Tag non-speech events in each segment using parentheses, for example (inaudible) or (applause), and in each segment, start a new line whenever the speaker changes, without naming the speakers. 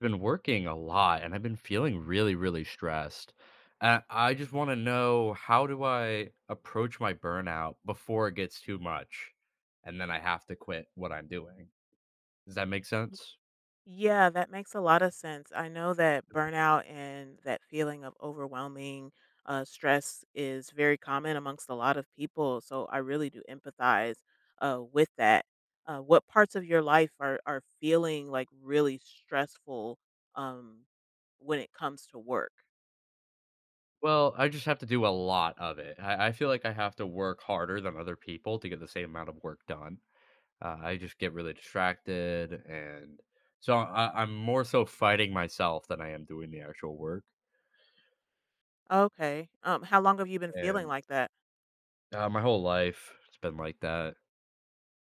Been working a lot and I've been feeling really, really stressed. And I just want to know, how do I approach my burnout before it gets too much and then I have to quit what I'm doing? Does that make
Y-
sense?
Yeah, that makes a lot of sense. I know that burnout and that feeling of overwhelming stress is very common amongst a lot of people. So I really do empathize with that. What parts of your life are feeling like really stressful um, when it comes to work?
Well, I just have to do a lot of it. I feel like I have to work harder than other people to get the same amount of work done. I just get really distracted. And so I'm more so fighting myself than I am doing the actual work.
Okay. How long have you been feeling
And
like that?
my whole life, it's been like that.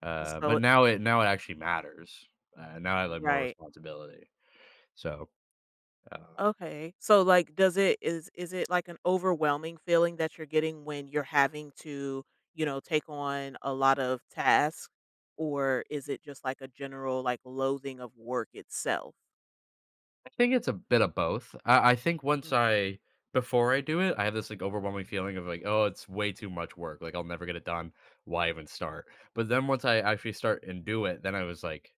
Uh,
So,
but now it now it actually matters. Now I have, like, more
right.
responsibility. So, uh,
Okay. So like does it is it like an overwhelming feeling that you're getting when you're having to, you know, take on a lot of tasks, or is it just like a general like loathing of work itself?
I think it's a bit of both. I think once
Mm.
I before I do it, I have this, like, overwhelming feeling of, like, "Oh, it's way too much work, like, I'll never get it done. Why even start?" But then once I actually start and do it, then I was like,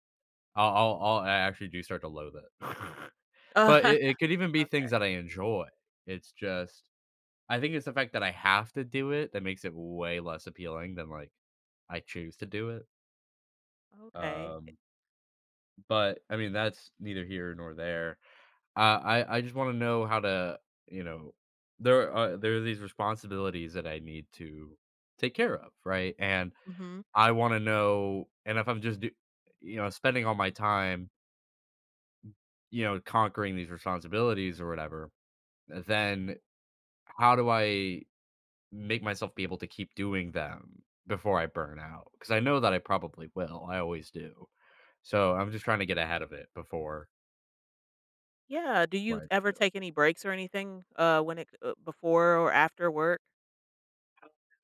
I actually do start to loathe it. (laughs)
Uh,
But it could even
(laughs)
be
okay.
things that I enjoy. It's just I think it's the fact that I have to do it that makes it way less appealing than, like, I choose to do it.
Okay.
Um, but I mean, that's neither here nor there. I I just wanna know how to, you know, there are these responsibilities that I need to take care of, right? And
Hmm.
I wanna know, and if I'm just spending all my time, conquering these responsibilities or whatever, then how do I make myself be able to keep doing them before I burn out? Because I know that I probably will, I always do. So, I'm just trying to get ahead of it before,
Yeah. Do you
right?
ever take any breaks or anything when it before or after work?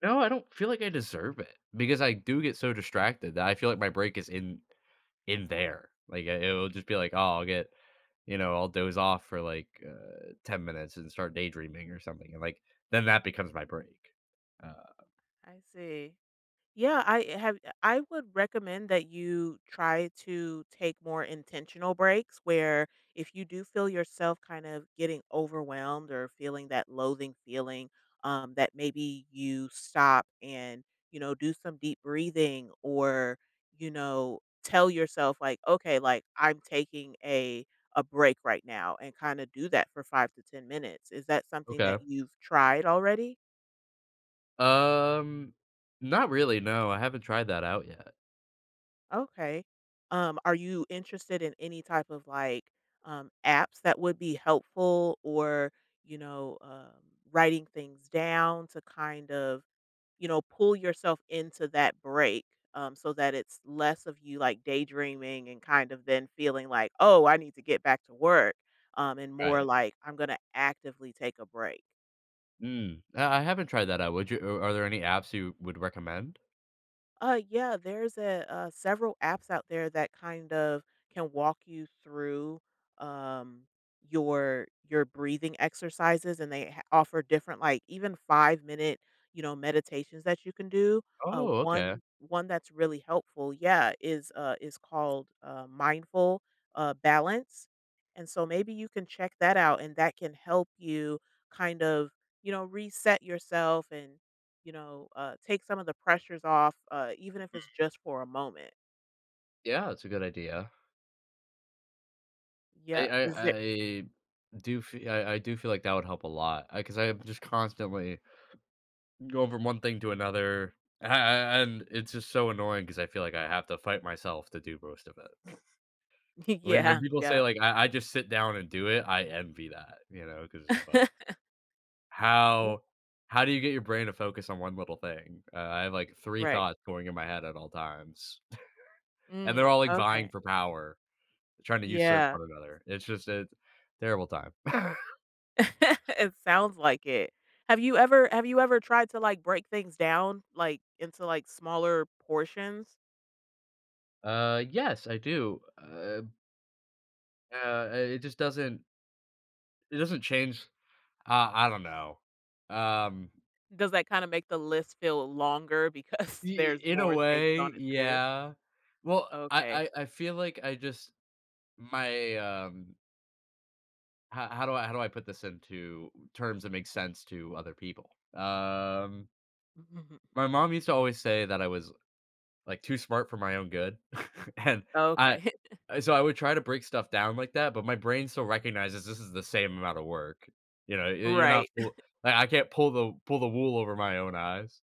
No, I don't feel like I deserve it because I do get so distracted that I feel like my break is in there. Like it- will just be like, oh, I'll get, I'll doze off for like 10 minutes and start daydreaming or something, and like then that becomes my break. Uh,
I see. Yeah, I eh, have eh, I would recommend that you try to take more intentional breaks where if you do feel yourself kind of getting overwhelmed or feeling that loathing feeling, that maybe you stop and, you know, do some deep breathing or, you know, tell yourself like, okay, like I'm taking a break right now and kind of do that for 5 to 10 minutes. Is that something
okay.
that you've tried already?
Um, Not really. No, I haven't tried that out yet.
Okay. Are you interested in any type of like apps that would be helpful or, you know, writing things down to kind of, you know, pull yourself into that break so that it's less of you like daydreaming and kind of then feeling like, oh, I need to get back to work and more
Right.
like I'm going to actively take a break?
Mm, I haven't tried that out. Would you? Are there any apps you would recommend?
Yeah, there's a several apps out there that kind of can walk you through um your breathing exercises, and they offer different like even 5 minute, you know, meditations that you can do.
Oh, okay.
One that's really helpful, yeah, is called mindful balance, and so maybe you can check that out, and that can help you kind of, you know, reset yourself and, you know, take some of the pressures off, even if it's just for a moment.
Yeah, it's a good idea. I
Yeah, is there
I I do feel like that would help a lot, because I am just constantly going from one thing to another, a and it's just so annoying because I feel like I have to fight myself to do most of it.
(laughs)
When
yeah,
people say,
yeah.
like, I just sit down and do it," I envy that, you know, because it's like,
(laughs) Mm.
how how do you get your brain to focus on one little thing? I have, like, 3
Right.
thoughts going in my head at all times, (laughs) and they're
Mm,
all, like, vying
okay.
for power, trying to usurp
Yeah.
one another. It's just a terrible time. (laughs)
(laughs) It sounds like it. Have you ever tried to, like, break things down, like, into, like, smaller portions?
Yes, I do. It just doesn't change. I don't know. Um,
Does that kinda make the list feel longer because (laughs)
Y-
there's
in a
more things
way,
on it to do?
yeah. Well,
Okay.
I feel like I just my how do I put this into terms that make sense to other people?
(laughs)
My mom used to always say that I was like, too smart for my own good, (laughs) and I
Okay. (laughs)
so I would try to break stuff down like that, but my brain still recognizes this is the same amount of work. You know, y you're not
Right.
fool
(laughs)
like, I can't pull the wool over my own eyes.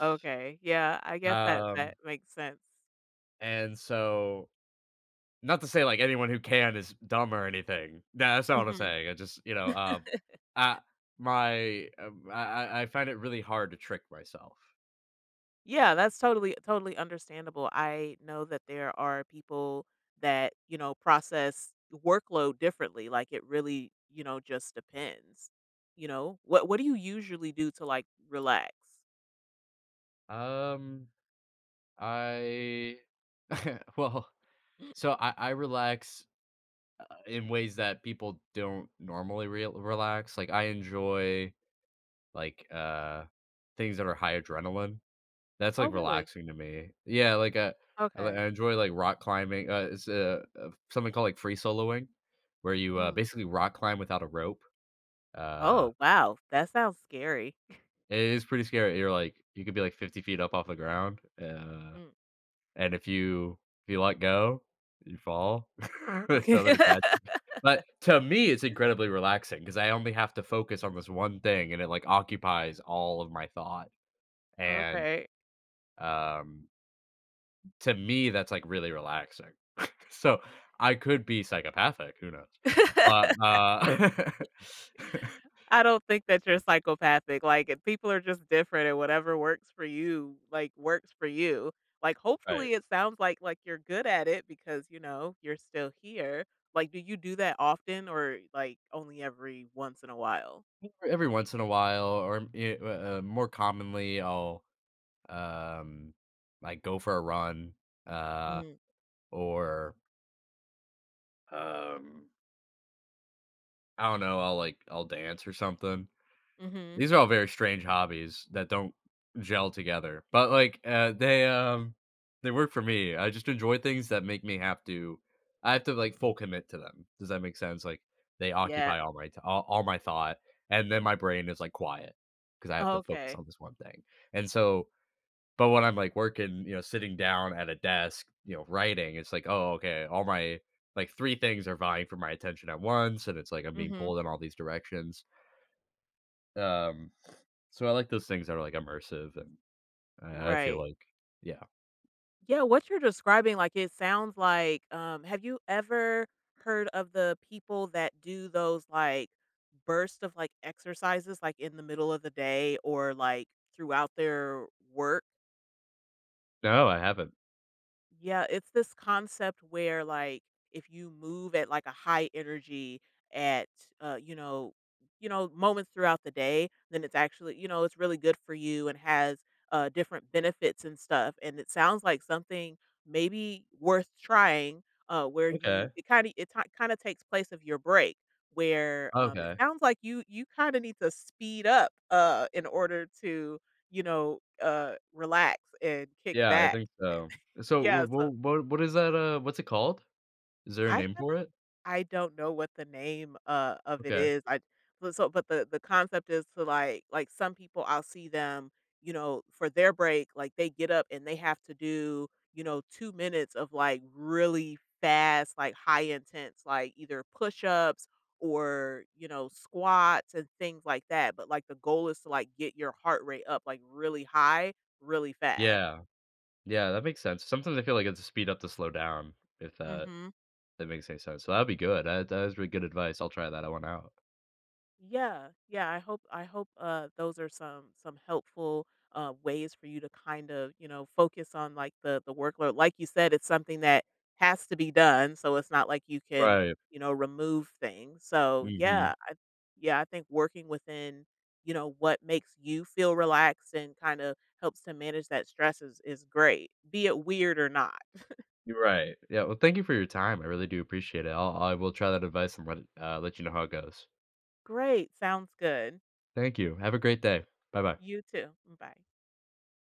Okay, yeah, I guess that that
Um,
makes sense.
and so, not to say, like, anyone who can is dumb or anything. Nah, that's not what I'm
Mhm.
saying. I just, you know, I my, I find it really hard to trick myself.
Yeah, that's totally understandable. I know that there are people that, you know, process workload differently. Like it really, you know, just depends. You know, what do you usually do to like relax?
Uh, um, I (laughs) well,
(clears throat)
so I relax in ways that people don't normally re- relax. Like I enjoy like uh things that are high adrenaline. That's
Oh,
like
really?
relaxing to me. Yeah, like li-
Okay.
I enjoy like rock climbing. It's Something called like free soloing, where you
Mm.
basically rock climb without a rope. Uh,
Oh, wow. That sounds scary.
it is pretty scary. You're like you could be like 50 feet up off the ground. Uh,
Mm.
And if you let go, you fall. (laughs) There's nothing to
(laughs)
catch you. But to me, it's incredibly relaxing because I only have to focus on this one thing, and it, like, occupies all of my thought, and,
Okay.
um, to me, that's, like, really relaxing. (laughs) So, I could be psychopathic, who knows?
(laughs)
But, (laughs)
I don't think that you're psychopathic, like, if people are just different and whatever works for you, like, works for you. Like,
right.
hopefully, it sounds like you're good at it because, you know, you're still here. Like, do you do that often or, like, only every once in a while?
Every once in a while, or, more commonly, I'll, um, like, go for a run, uh,
Mhm,
or Um I don't know, I'll dance or something.
mhm,
These are all very strange hobbies that don't gel together. But they work for me. I just enjoy things that make me have to like full commit to them. Does that make sense? Like they
yeah,
occupy all my thought, and then my brain is like quiet because I have to focus
okay,
on this one thing. And so But when I'm, like, working, you know, sitting down at a desk, you know, writing, it's like, "Oh, okay, all my like, 3 things are vying for my attention at once," and it's like I'm being
mhm,
pulled in all these directions. Um, so, I like those things that are, like, immersive, and I feel
right.
like yeah.
Yeah, what you're describing, like, it sounds like, um, have you ever heard of the people that do those, like, bursts of, like, exercises, like, in the middle of the day or, like, throughout their work?
No, I haven't.
Yeah, it's this concept where like if you move at like a high energy at you know, you know, moments throughout the day, then it's actually, you know, it's really good for you and has different benefits and stuff, and it sounds like something maybe worth trying where you,
Okay.
it kind of it ti kind of takes place of your break where it
Okay.
sounds like you kind of need to speed up in order to, you know, relax and kick
Yeah, I
back.
think so. So,
Yeah, so
what is that, what's it called? Is there a
I
name
have
for it?
I don't know what the name, of it
Okay.
is, I but so but the concept is to, like, some people, I'll see them, you know, for their break, like, they get up and they have to do, you know, 2 minutes of, like, really fast, like, high intense, like, either push-ups, or, you know, squats and things like that, but, like, the goal is to, like, get your heart rate up, like, really high, really fast.
Yeah. Yeah, that makes sense. Sometimes I feel like it's a speed up to slow down, if
Mhm.
that makes any sense. So that'd be good. That is really good advice. I'll try that one out.
Yeah, yeah, I hope those are some helpful ways for you to kind of, you know, focus on like the workload. Like you said, it's something that has to be done, so it's not like you can,
Right.
you know, remove things. So, yeah,
Mhm.
I think working within, you know, what makes you feel relaxed and kind of helps to manage that stress is great. Be it weird or not.
You're right. Yeah, well, thank you for your time. I really do appreciate it. I will try that advice and let let you know how it goes.
Great, sounds good.
Thank you. Have a great day. Bye-bye.
You too. Bye.